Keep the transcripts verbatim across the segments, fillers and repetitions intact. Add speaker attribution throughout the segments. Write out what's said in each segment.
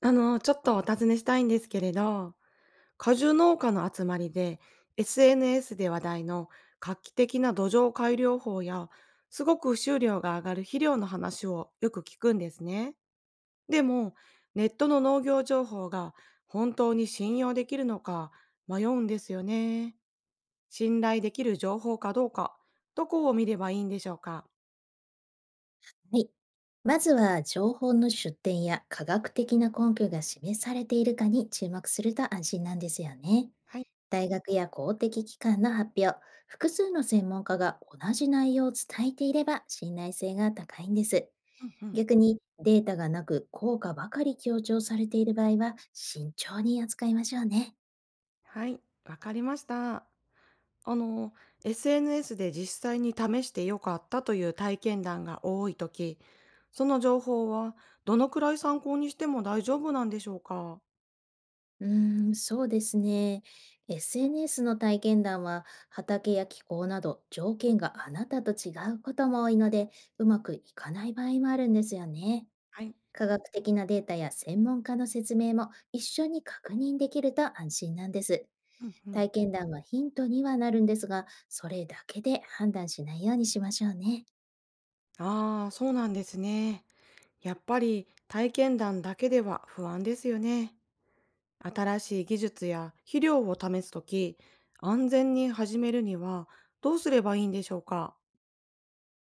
Speaker 1: あの、ちょっとお尋ねしたいんですけれど、果樹農家の集まりで エスエヌエス で話題の画期的な土壌改良法やすごく収量が上がる肥料の話をよく聞くんですね。でも、ネットの農業情報が本当に信用できるのか迷うんですよね。信頼できる情報かどうか、どこを見ればいいんでしょうか。
Speaker 2: はい。まずは情報の出典や科学的な根拠が示されているかに注目すると安心なんですよね。
Speaker 1: はい。
Speaker 2: 大学や公的機関の発表、複数の専門家が同じ内容を伝えていれば信頼性が高いんです。
Speaker 1: うんうん。
Speaker 2: 逆にデータがなく効果ばかり強調されている場合は、慎重に扱いましょうね。
Speaker 1: はい。わかりました。あの、エスエヌエス で実際に試してよかったという体験談が多いとき、その情報はどのくらい参考にしても大丈夫なんでしょうか。
Speaker 2: うーん、そうですね。エスエヌエス の体験談は、畑や気候など条件があなたと違うことも多いので、うまくいかない場合もあるんですよね。
Speaker 1: はい。
Speaker 2: 科学的なデータや専門家の説明も一緒に確認できると安心なんです。
Speaker 1: うんうん。
Speaker 2: 体験談はヒントにはなるんですが、それだけで判断しないようにしましょうね。
Speaker 1: ああ、そうなんですね。やっぱり体験談だけでは不安ですよね。新しい技術や肥料を試すとき、安全に始めるにはどうすればいいんでしょうか。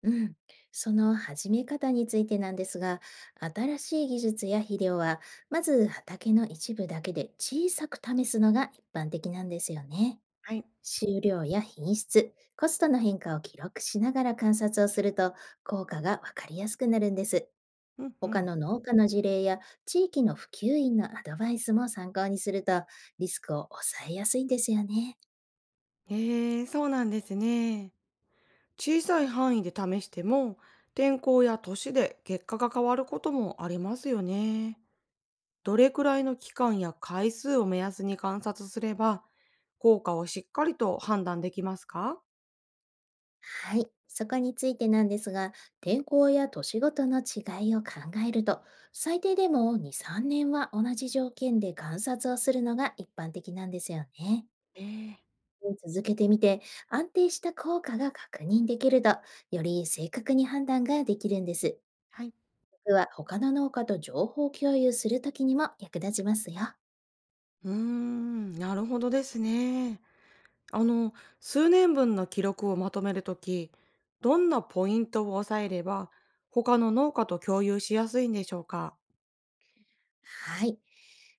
Speaker 2: うん、その始め方についてなんですが、新しい技術や肥料は、まず畑の一部だけで小さく試すのが一般的なんですよね。
Speaker 1: はい。
Speaker 2: 収量や品質、コストの変化を記録しながら観察をすると、効果がわかりやすくなるんです。
Speaker 1: うんう
Speaker 2: 他
Speaker 1: ん。
Speaker 2: の農家の事例や地域の普及員のアドバイスも参考にすると、リスクを抑えやすいんですよね。
Speaker 1: へえ、そうなんですね。小さい範囲で試しても、天候や年で結果が変わることもありますよね。どれくらいの期間や回数を目安に観察すれば、効果をしっかりと判断できますか。
Speaker 2: はい、そこについてなんですが、天候や年ごとの違いを考えると、最低でもに、さんねんは同じ条件で観察をするのが一般的なんですよね。
Speaker 1: えー、
Speaker 2: 続けてみて、安定した効果が確認できると、より正確に判断ができるんです。
Speaker 1: はい。
Speaker 2: 僕は他の農家と情報共有するときにも役立ちますよ。
Speaker 1: うーん、なるほどですね。あの、数年分の記録をまとめるとき、どんなポイントを押さえれば、他の農家と共有しやすいんでしょうか。
Speaker 2: はい。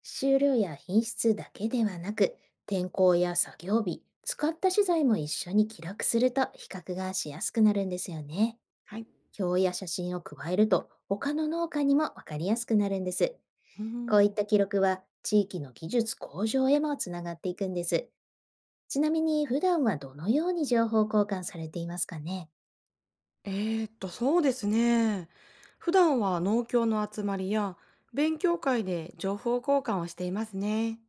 Speaker 2: 収量や品質だけではなく、天候や作業日、使った資材も一緒に記録すると比較がしやすくなるんですよね。
Speaker 1: はい。
Speaker 2: 表や写真を加えると、他の農家にもわかりやすくなるんです。
Speaker 1: うー
Speaker 2: こういっ
Speaker 1: ん。
Speaker 2: た記録は、地域の技術向上へもつながっていくんです。ちなみに、普段はどのように情報交換されていますかね？
Speaker 1: えーっと、そうですね。普段は農協の集まりや勉強会で情報交換をしていますね。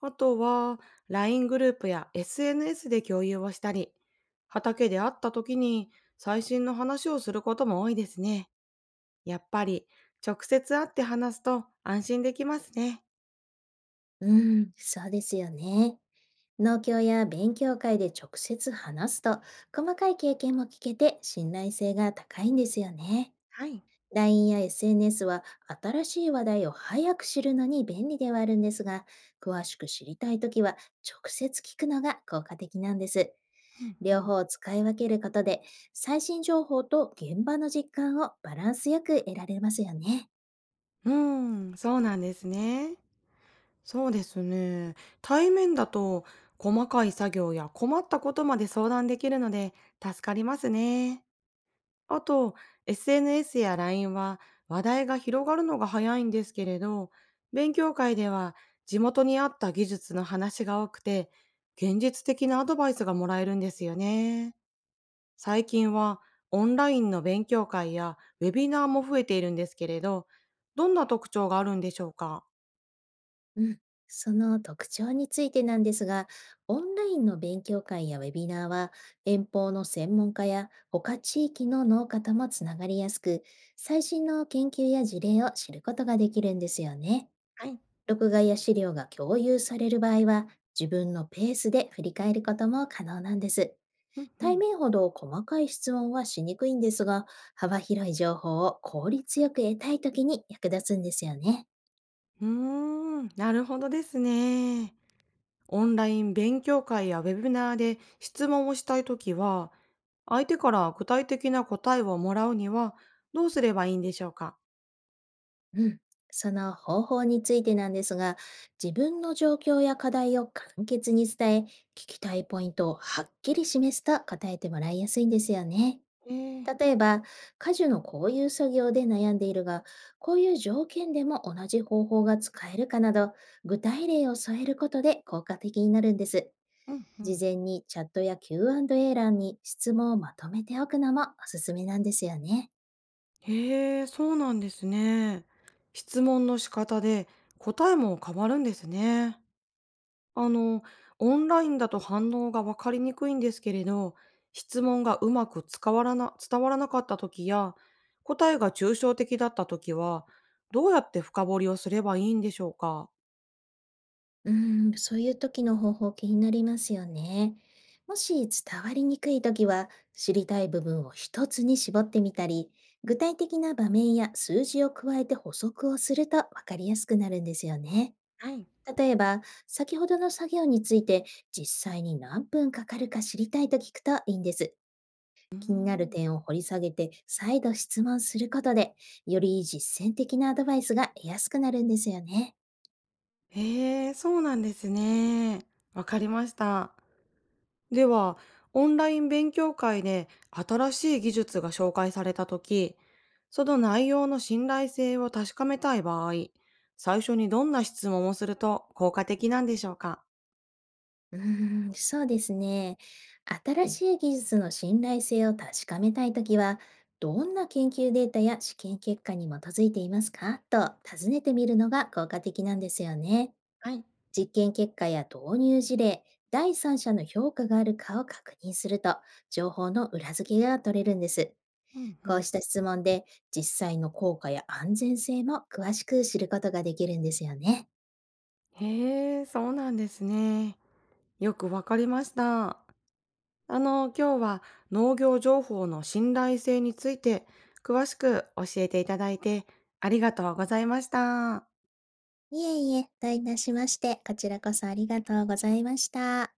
Speaker 1: あとは ライン グループや エスエヌエス で共有をしたり、畑で会った時に最新の話をすることも多いですね。やっぱり直接会って話すと安心できますね。
Speaker 2: うん、そうですよね。農協や勉強会で直接話すと、細かい経験も聞けて信頼性が高いんですよね。
Speaker 1: はい。
Speaker 2: ライン や エスエヌエス は、新しい話題を早く知るのに便利ではあるんですが、詳しく知りたいときは直接聞くのが効果的なんです。
Speaker 1: うんう
Speaker 2: 両
Speaker 1: ん。
Speaker 2: 方を使い分けることで、最新情報と現場の実感をバランスよく得られますよね。
Speaker 1: うーん、そうなんですね。そうですね。対面だと細かい作業や困ったことまで相談できるので助かりますね。あと、エスエヌエス や ライン は話題が広がるのが早いんですけれど、勉強会では地元に合った技術の話が多くて、現実的なアドバイスがもらえるんですよね。最近はオンラインの勉強会やウェビナーも増えているんですけれど、どんな特徴があるんでしょうか。
Speaker 2: うん、その特徴についてなんですが、オンラインの勉強会やウェビナーは、遠方の専門家や他地域の農家ともつながりやすく、最新の研究や事例を知ることができるんですよね。
Speaker 1: はい。
Speaker 2: 録画や資料が共有される場合は、自分のペースで振り返ることも可能なんです。
Speaker 1: うんう
Speaker 2: 対
Speaker 1: ん。
Speaker 2: 面ほど細かい質問はしにくいんですが、幅広い情報を効率よく得たいときに役立つんですよね。
Speaker 1: うーん、なるほどですね。オンライン勉強会やウェビナーで質問をしたいときは、相手から具体的な答えをもらうにはどうすればいいんでしょうか。
Speaker 2: うん、その方法についてなんですが、自分の状況や課題を簡潔に伝え、聞きたいポイントをはっきり示すと答えてもらいやすいんですよね。
Speaker 1: えー、
Speaker 2: 例えば、家事のこういう作業で悩んでいるが、こういう条件でも同じ方法が使えるかなど、具体例を添えることで効果的になるんです。
Speaker 1: うんう
Speaker 2: 事
Speaker 1: ん。
Speaker 2: 前にチャットや キューアンドエー 欄に質問をまとめておくのもおすすめなんですよね。
Speaker 1: へえ、そうなんですね。質問の仕方で答えも変わるんですね。あの、オンラインだと反応が分かりにくいんですけれど、質問がうまく伝わらな伝わらなかった時や、答えが抽象的だった時は、どうやって深掘りをすればいいんでしょうか？
Speaker 2: うーん、そういう時の方法、気になりますよね。もし伝わりにくい時は、知りたい部分を一つに絞ってみたり、具体的な場面や数字を加えて補足をすると分かりやすくなるんですよね。
Speaker 1: はい。
Speaker 2: 例えば、先ほどの作業について実際になんぷんかかるか知りたいと聞くといいんです。
Speaker 1: うー
Speaker 2: 気になる
Speaker 1: ん。
Speaker 2: 点を掘り下げて再度質問することで、より実践的なアドバイスが得やすくなるんですよね。
Speaker 1: へえ、そうなんですね。わかりました。では、オンライン勉強会で新しい技術が紹介されたとき、その内容の信頼性を確かめたい場合、最初にどんな質問をすると効果的なんでしょうか。
Speaker 2: うーん、そうですね。新しい技術の信頼性を確かめたいときは、どんな研究データや試験結果に基づいていますかと尋ねてみるのが効果的なんですよね。
Speaker 1: はい。
Speaker 2: 実験結果や導入事例、だいさんしゃの評価があるかを確認すると、情報の裏付けが取れるんです。
Speaker 1: うんう
Speaker 2: こう
Speaker 1: ん。
Speaker 2: した質問で、実際の効果や安全性も詳しく知ることができるんですよね。
Speaker 1: へえ、そうなんですね。よくわかりました。あの、今日は農業情報の信頼性について詳しく教えていただいてありがとうございました。
Speaker 2: いえいえ、どういたしまして、こちらこそありがとうございました。